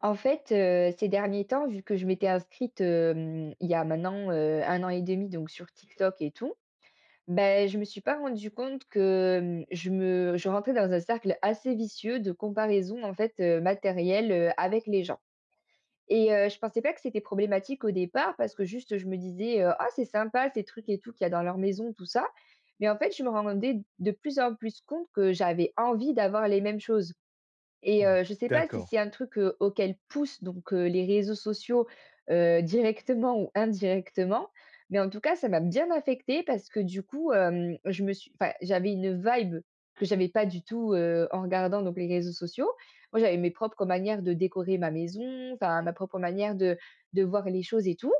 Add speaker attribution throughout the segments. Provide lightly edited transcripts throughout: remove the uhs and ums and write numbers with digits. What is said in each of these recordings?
Speaker 1: En fait, ces derniers temps, vu que je m'étais inscrite, il y a maintenant, 1 an et demi donc sur TikTok et tout, ben je me suis pas rendu compte que, je rentrais dans un cercle assez vicieux de comparaison, en fait, matérielle, avec les gens et je pensais pas que c'était problématique au départ parce que juste je me disais: «Ah c'est sympa ces trucs et tout qu'il y a dans leur maison tout ça», mais en fait je me rendais de plus en plus compte que j'avais envie d'avoir les mêmes choses. Et je ne sais pas si
Speaker 2: D'accord,
Speaker 1: c'est un truc, auquel poussent donc les réseaux sociaux, directement ou indirectement, mais en tout cas, ça m'a bien affectée parce que du coup, je me suis enfin, j'avais une vibe que j'avais pas du tout, en regardant donc les réseaux sociaux. Moi, j'avais mes propres manières de décorer ma maison, enfin ma propre manière de voir les choses et tout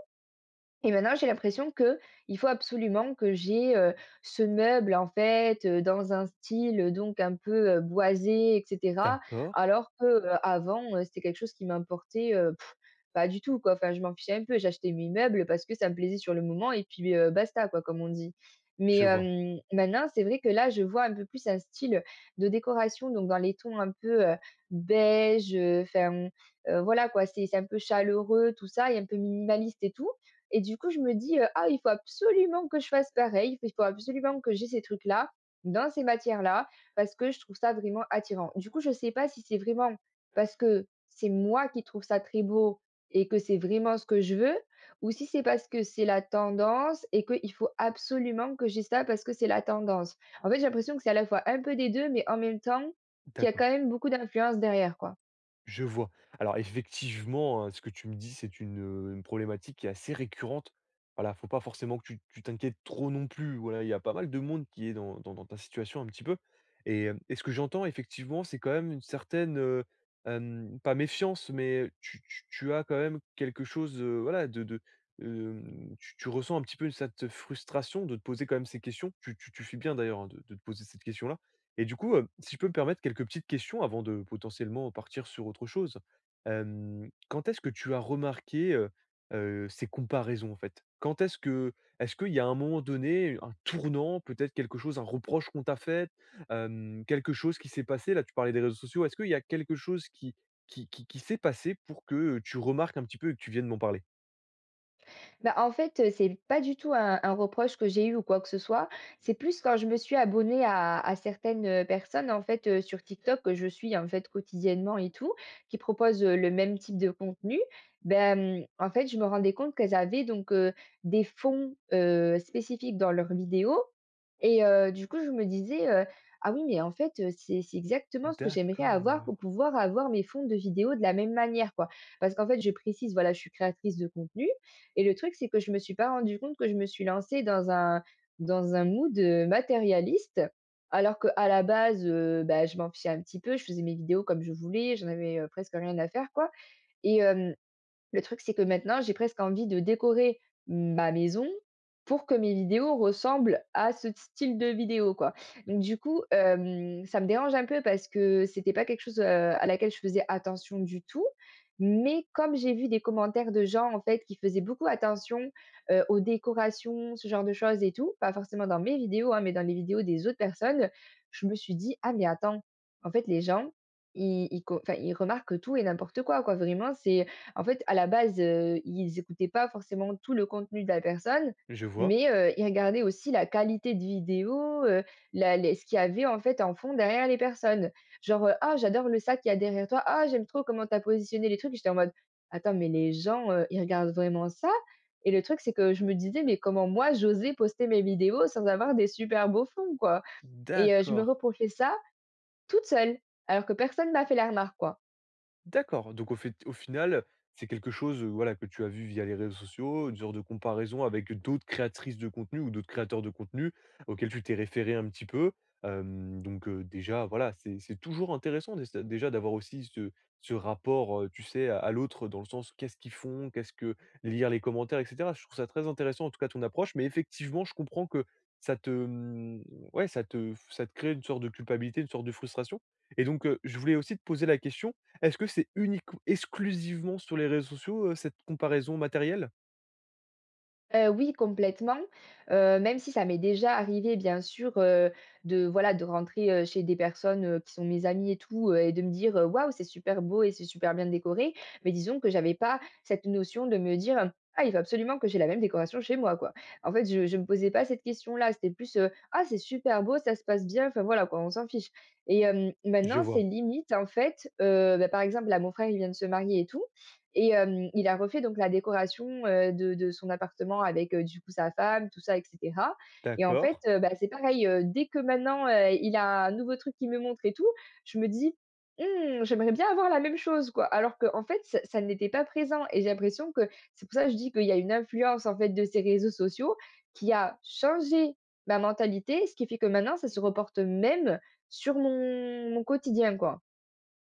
Speaker 1: et maintenant, j'ai l'impression que il faut absolument que j'ai, ce meuble en fait, dans un style, donc un peu, boisé et cetera.
Speaker 2: d'accord,
Speaker 1: Alors que, avant, c'était quelque chose qui m'importait, pas du tout quoi. Enfin, je m'en fichais un peu, j'achetais mes meubles parce que ça me plaisait sur le moment et puis, basta quoi, comme on dit. Mais,
Speaker 2: je vois,
Speaker 1: maintenant, c'est vrai que là, je vois un peu plus un style de décoration, donc dans les tons un peu, beige, enfin, voilà quoi, c'est un peu chaleureux tout ça et un peu minimaliste et tout. Et du coup, je me dis: «Ah, il faut absolument que je fasse pareil, il faut absolument que j'ai ces trucs-là, dans ces matières-là, parce que je trouve ça vraiment attirant». Du coup, je ne sais pas si c'est vraiment parce que c'est moi qui trouve ça très beau et que c'est vraiment ce que je veux ou si c'est parce que c'est la tendance et qu'il faut absolument que j'ai ça parce que c'est la tendance. En fait, j'ai l'impression que c'est à la fois un peu des 2, mais en même temps, qu'il y a
Speaker 2: d'accord,
Speaker 1: quand même beaucoup d'influence derrière, quoi.
Speaker 2: je vois. Alors effectivement, hein, ce que tu me dis, c'est une problématique qui est assez récurrente. Voilà, faut pas forcément que tu t'inquiètes trop non plus. Voilà, il y a pas mal de monde qui est dans dans ta situation un petit peu et hem et ce que j'entends effectivement, c'est quand même une certaine, pas méfiance, mais tu tu as quand même quelque chose, voilà de, tu ressens un petit peu cette frustration de te poser quand même ces questions. Tu tu fais bien d'ailleurs, hein, de te poser cette question-là. Et du coup, si je peux me permettre quelques petites questions avant de potentiellement partir sur autre chose. Hem, quand est-ce que tu as remarqué, ces comparaisons en fait? Quand est-ce que est-ce qu'il y a un moment donné, un tournant, peut-être quelque chose, un reproche qu'on t'a fait, hem, quelque chose qui s'est passé? Là, tu parlais des réseaux sociaux. Est-ce qu'il y a quelque chose qui s'est passé pour que, tu remarques un petit peu et que tu viennes m'en parler?
Speaker 1: Bah, en fait, c'est pas du tout un reproche que j'ai eu ou quoi que ce soit. C'est plus quand je me suis abonnée à certaines, personnes, en fait, sur TikTok que je suis, en fait, quotidiennement et tout, qui proposent, le même type de contenu. Ben en fait, je me rendais compte qu'elles avaient donc, des fonds, spécifiques dans leurs vidéos et du coup, je me disais: «Ah oui, mais en fait, c'est exactement ce que j'aimerais avoir pour
Speaker 2: D'accord,
Speaker 1: pouvoir avoir mes fonds de vidéos de la même manière, quoi». Parce qu'en fait, je précise, voilà, je suis créatrice de contenu et le truc, c'est que je me suis pas rendu compte que je me suis lancée dans un mood, matérialiste, alors qu'à la base, bah, je m'en fichais un petit peu. Je faisais mes vidéos comme je voulais, j'en avais, presque rien à faire, quoi et hem le truc, c'est que maintenant, j'ai presque envie de décorer ma maison pour que mes vidéos ressemblent à ce style de vidéo, quoi. Donc du coup, ça me dérange un peu parce que c'était pas quelque chose, à laquelle je faisais attention du tout. Mais comme j'ai vu des commentaires de gens, en fait, qui faisaient beaucoup attention, aux décorations, ce genre de choses et tout, pas forcément dans mes vidéos, hein, mais dans les vidéos des autres personnes, je me suis dit: «Ah mais attends, en fait, les gens, ils ils co enfin, ils remarquent tout et n'importe quoi, quoi». Vraiment, c'est en fait, à la base, ils n'écoutaient pas forcément tout le contenu de la personne,
Speaker 2: je vois.
Speaker 1: mais ils regardaient aussi la qualité de vidéo, la les ce qu'il y avait en fait en fond derrière les personnes. Genre: «Ah j'adore le sac qu'il y a derrière toi. Ah j'aime trop comment tu as positionné les trucs». J'étais en mode: «Attends mais les gens, ils regardent vraiment ça?» et le truc c'est que je me disais: «Mais comment moi j'osais poster mes vidéos sans avoir des super beaux fonds quoi?» et je me
Speaker 2: D'accord.
Speaker 1: reprochais ça toute seule, alors que personne m'a fait la remarque quoi.
Speaker 2: D'accord, donc au fait au final, c'est quelque chose, voilà, que tu as vu via les réseaux sociaux, une sorte de comparaison avec d'autres créatrices de contenu ou d'autres créateurs de contenu auxquels tu t'es référé un petit peu. Hem, donc déjà, voilà, c'est toujours intéressant d'essa déjà d'avoir aussi ce rapport, tu sais, à l'autre dans le sens qu'est-ce qu'ils font, qu'est-ce que lire les commentaires et cetera. Je trouve ça très intéressant en tout cas ton approche, mais effectivement, je comprends que ça te, mmh, ouais, ça te crée une sorte de culpabilité, une sorte de frustration et donc je voulais aussi te poser la question, est-ce que c'est uniquement exclusivement sur les réseaux sociaux, cette comparaison matérielle?
Speaker 1: Oui, complètement, même si ça m'est déjà arrivé bien sûr, de voilà, de rentrer, chez des personnes, qui sont mes amies et tout, et de me dire: Waouh, c'est super beau et c'est super bien décoré», mais disons que j'avais pas cette notion de me dire: «Ah, il faut absolument que j'ai la même décoration chez moi, quoi». En fait, je me posais pas cette question-là, c'était plus: «Ah, c'est super beau, ça se passe bien», enfin voilà quoi, on s'en fiche et
Speaker 2: Je
Speaker 1: maintenant, c'est
Speaker 2: vois.
Speaker 1: limite en fait, bah, par exemple là, mon frère, il vient de se marier et tout et il a refait donc la décoration, de son appartement avec, du coup sa femme, tout ça et cetera. Et en fait,
Speaker 2: D'accord.
Speaker 1: bah, c'est pareil, dès que maintenant, il a un nouveau truc qu'il me montre et tout, je me dis: «Mmh, j'aimerais bien avoir la même chose, quoi». Alors que en fait, ça n'était pas présent et j'ai l'impression que c'est pour ça que je dis qu'il y a une influence, en fait, de ces réseaux sociaux qui a changé ma mentalité, ce qui fait que maintenant ça se reporte même sur mon quotidien, quoi.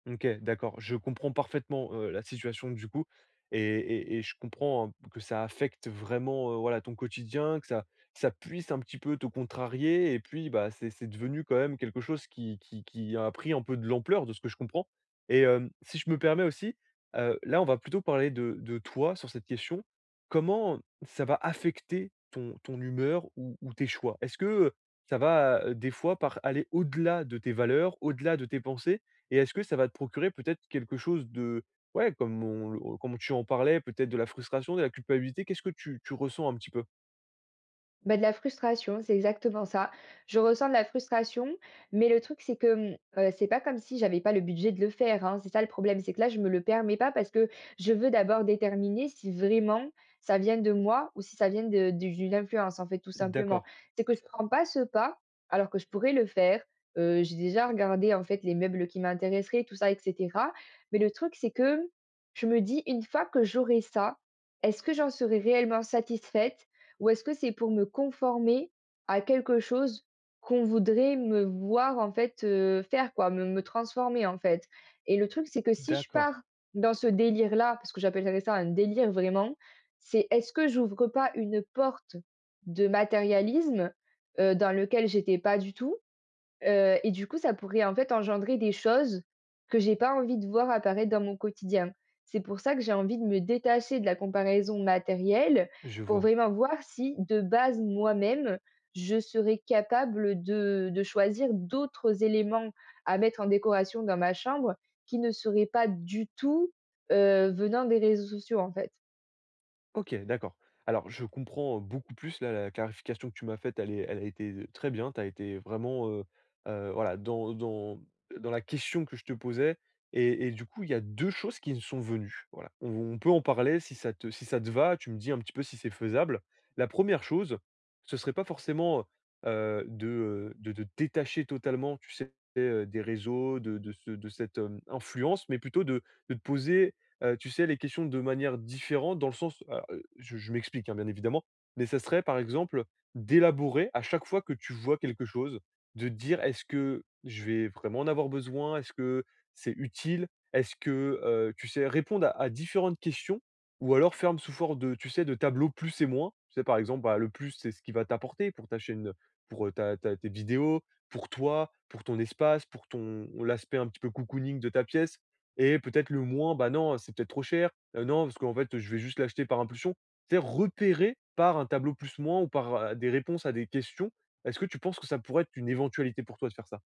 Speaker 2: OK, d'accord. Je comprends parfaitement, la situation du coup et je comprends, hein, que ça affecte vraiment, voilà, ton quotidien, que ça ça puisse un petit peu te contrarier et puis, bah, c'est devenu quand même quelque chose qui a pris un peu de l'ampleur de ce que je comprends et hem, si je me permets aussi, là, on va plutôt parler de toi sur cette question. Comment ça va affecter ton humeur ou tes choix? Est-ce que, ça va, des fois par aller au-delà de tes valeurs, au-delà de tes pensées et est-ce que ça va te procurer peut-être quelque chose de ouais, comme tu en parlais, peut-être de la frustration, de la culpabilité? Qu'est-ce que tu ressens un petit peu?
Speaker 1: Bah, de la frustration, c'est exactement ça. Je ressens de la frustration, mais le truc, c'est que, c'est pas comme si j'avais pas le budget de le faire, hein. C'est ça le problème, c'est que là, je me le permets pas parce que je veux d'abord déterminer si vraiment ça vient de moi ou si ça vient de du d'une influence, en fait, tout simplement.
Speaker 2: D'accord,
Speaker 1: C'est que je prends pas ce pas alors que je pourrais le faire. J'ai déjà regardé, en fait, les meubles qui m'intéresseraient, tout ça et cetera. Mais le truc, c'est que je me dis: «Une fois que j'aurai ça, est-ce que j'en serai réellement satisfaite? Ou est-ce que c'est pour me conformer à quelque chose qu'on voudrait me voir en fait, faire quoi, me transformer en fait? Et le truc, c'est que si je pars
Speaker 2: d'accord,
Speaker 1: dans ce délire-là, parce que j'appellerais ça un délire vraiment, c'est est-ce que j'ouvre pas une porte de matérialisme, dans lequel j'étais pas du tout? Et du coup, ça pourrait, en fait, engendrer des choses que j'ai pas envie de voir apparaître dans mon quotidien. C'est pour ça que j'ai envie de me détacher de la comparaison matérielle
Speaker 2: je
Speaker 1: pour
Speaker 2: vois.
Speaker 1: vraiment voir si, de base, moi-même, je serais capable de choisir d'autres éléments à mettre en décoration dans ma chambre qui ne seraient pas du tout, venant des réseaux sociaux, en fait.
Speaker 2: OK, d'accord. Alors je comprends beaucoup plus là, la clarification que tu m'as faite, elle est elle a été, très bien. Tu as été vraiment, voilà, dans dans la question que je te posais et du coup, il y a 2 choses qui me sont venues. Voilà, on peut en parler si ça te si ça te va, tu me dis un petit peu si c'est faisable. La première chose, ce serait pas forcément, heu, de, de te détacher totalement, tu sais, des réseaux, de cette, hem, influence, mais plutôt de te poser tu sais, les questions de manière différente dans le sens alors, je m'explique, hein, bien évidemment, mais ça serait par exemple d'élaborer à chaque fois que tu vois quelque chose, de dire: «Est-ce que je vais vraiment en avoir besoin? Est-ce que c'est utile? Est-ce que» tu sais, répondre à différentes questions ou alors ferme sous forme de tu sais, de tableaux plus et moins. Tu sais, par exemple, bah, le plus, c'est ce qui va t'apporter pour ta chaîne, pour, ta ta tes vidéos, pour toi, pour ton espace, pour ton l'aspect un petit peu cocooning de ta pièce. Et peut-être le moins, bah non, c'est peut-être trop cher. Non, parce qu'en fait, je vais juste l'acheter par impulsion. C'est sais, repérer par un tableau plus moins ou par, des réponses à des questions. Est-ce que tu penses que ça pourrait être une éventualité pour toi de faire ça?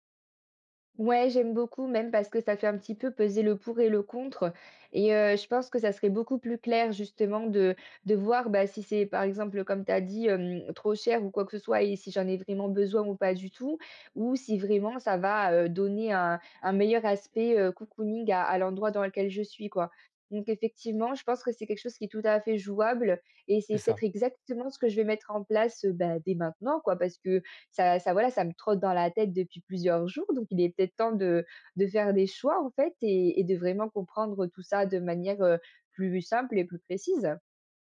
Speaker 1: Ouais, j'aime beaucoup, même parce que ça fait un petit peu peser le pour et le contre. Et je pense que ça serait beaucoup plus clair justement de voir, bah, si c'est par exemple, comme tu as dit, trop cher ou quoi que ce soit et si j'en ai vraiment besoin ou pas du tout, ou si vraiment ça va, donner un meilleur aspect, cocooning à l'endroit dans lequel je suis, quoi. Donc effectivement, je pense que c'est quelque chose qui est tout à fait jouable et
Speaker 2: C'est
Speaker 1: c'est
Speaker 2: ça.
Speaker 1: peut-être exactement ce que je vais mettre en place, bah, dès maintenant, quoi. Parce que, ça ça voilà, ça me trotte dans la tête depuis plusieurs jours, donc il est peut-être temps de faire des choix, en fait et de vraiment comprendre tout ça de manière, plus simple et plus précise.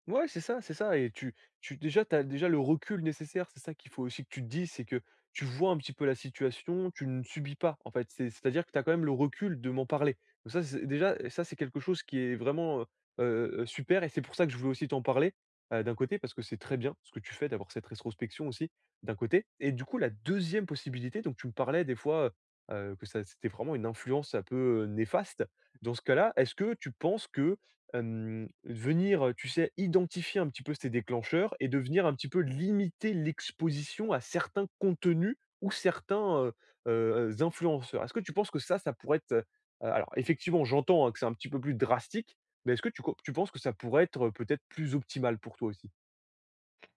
Speaker 2: Ouais, c'est ça et tu déjà, tu as déjà le recul nécessaire, c'est ça qu'il faut aussi que tu te dises, c'est que tu vois un petit peu la situation, tu ne subis pas, en fait. C'est c'est-à-dire que tu as quand même le recul de m'en parler. Donc ça, c'est déjà ça, c'est quelque chose qui est vraiment, super et c'est pour ça que je voulais aussi t'en parler, d'un côté parce que c'est très bien ce que tu fais d'avoir cette rétrospection aussi, d'un côté et du coup, la deuxième possibilité, donc tu me parlais des fois, que ça c'était vraiment une influence un peu, néfaste. Dans ce cas-là, est-ce que tu penses que hem, venir, tu sais, identifier un petit peu ces déclencheurs et de venir un petit peu limiter l'exposition à certains contenus ou certains, influenceurs. Est-ce que tu penses que ça pourrait être, alors effectivement, j'entends, hein, que c'est un petit peu plus drastique, mais est-ce que tu penses que ça pourrait être, peut-être, plus optimal pour toi aussi?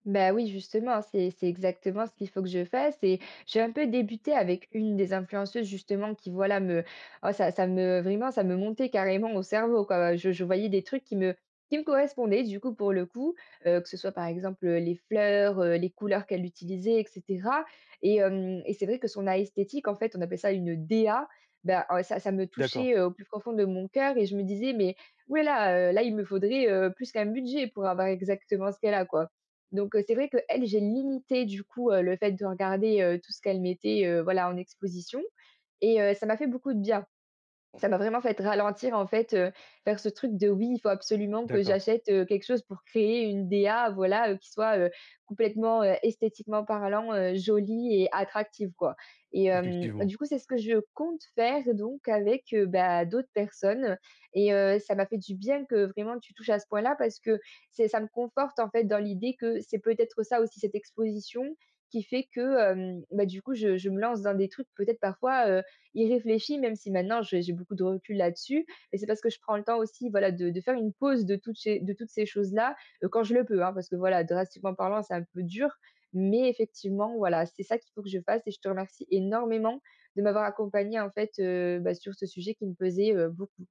Speaker 1: Bah oui, justement, c'est exactement ce qu'il faut que je fasse et j'ai un peu débuté avec une des influenceuses justement qui voilà me oh, ça me montait carrément au cerveau quoi. Je voyais des trucs qui me correspondaient du coup pour le coup, que ce soit par exemple, les fleurs, les couleurs qu'elle utilisait et cetera et hem et c'est vrai que son esthétique en fait, on appelle ça une DA, bah, ça me
Speaker 2: D'accord,
Speaker 1: touchait, au plus profond de mon cœur et je me disais: «Mais ouh là là, il me faudrait, plus qu'un budget pour avoir exactement ce qu'elle a quoi». Donc, c'est vrai que elle, j'ai limité du coup, le fait de regarder, tout ce qu'elle mettait, voilà, en exposition et ça m'a fait beaucoup de bien. Ça m'a vraiment fait ralentir, en fait, vers ce truc de: «Oui, il faut absolument que
Speaker 2: d'accord,
Speaker 1: j'achète, quelque chose pour créer une DA, voilà, qui soit, complètement, esthétiquement parlant, jolie et attractive», quoi et
Speaker 2: effectivement.
Speaker 1: du coup, c'est ce que je compte faire donc avec, bah, d'autres personnes et ça m'a fait du bien que vraiment tu touches à ce point-là parce que c'est ça me conforte, en fait, dans l'idée que c'est peut-être ça aussi, cette exposition qui fait que, bah, du coup, je me lance dans des trucs peut-être parfois, y réfléchis, même si maintenant j'ai beaucoup de recul là-dessus. Et c'est parce que je prends le temps aussi, voilà, de faire une pause de toutes ces choses-là, quand je le peux, hein, parce que voilà, drastiquement parlant, c'est un peu dur. Mais effectivement, voilà, c'est ça qu'il faut que je fasse et je te remercie énormément de m'avoir accompagnée en fait, bah, sur ce sujet qui me pesait, beaucoup.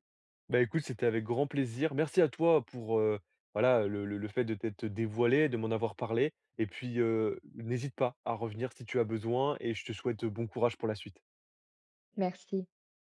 Speaker 2: Bah, écoute, c'était avec grand plaisir. Merci à toi pour, voilà, le le fait de t'être dévoilé, de m'en avoir parlé et puis, n'hésite pas à revenir si tu as besoin et je te souhaite bon courage pour la suite.
Speaker 1: Merci.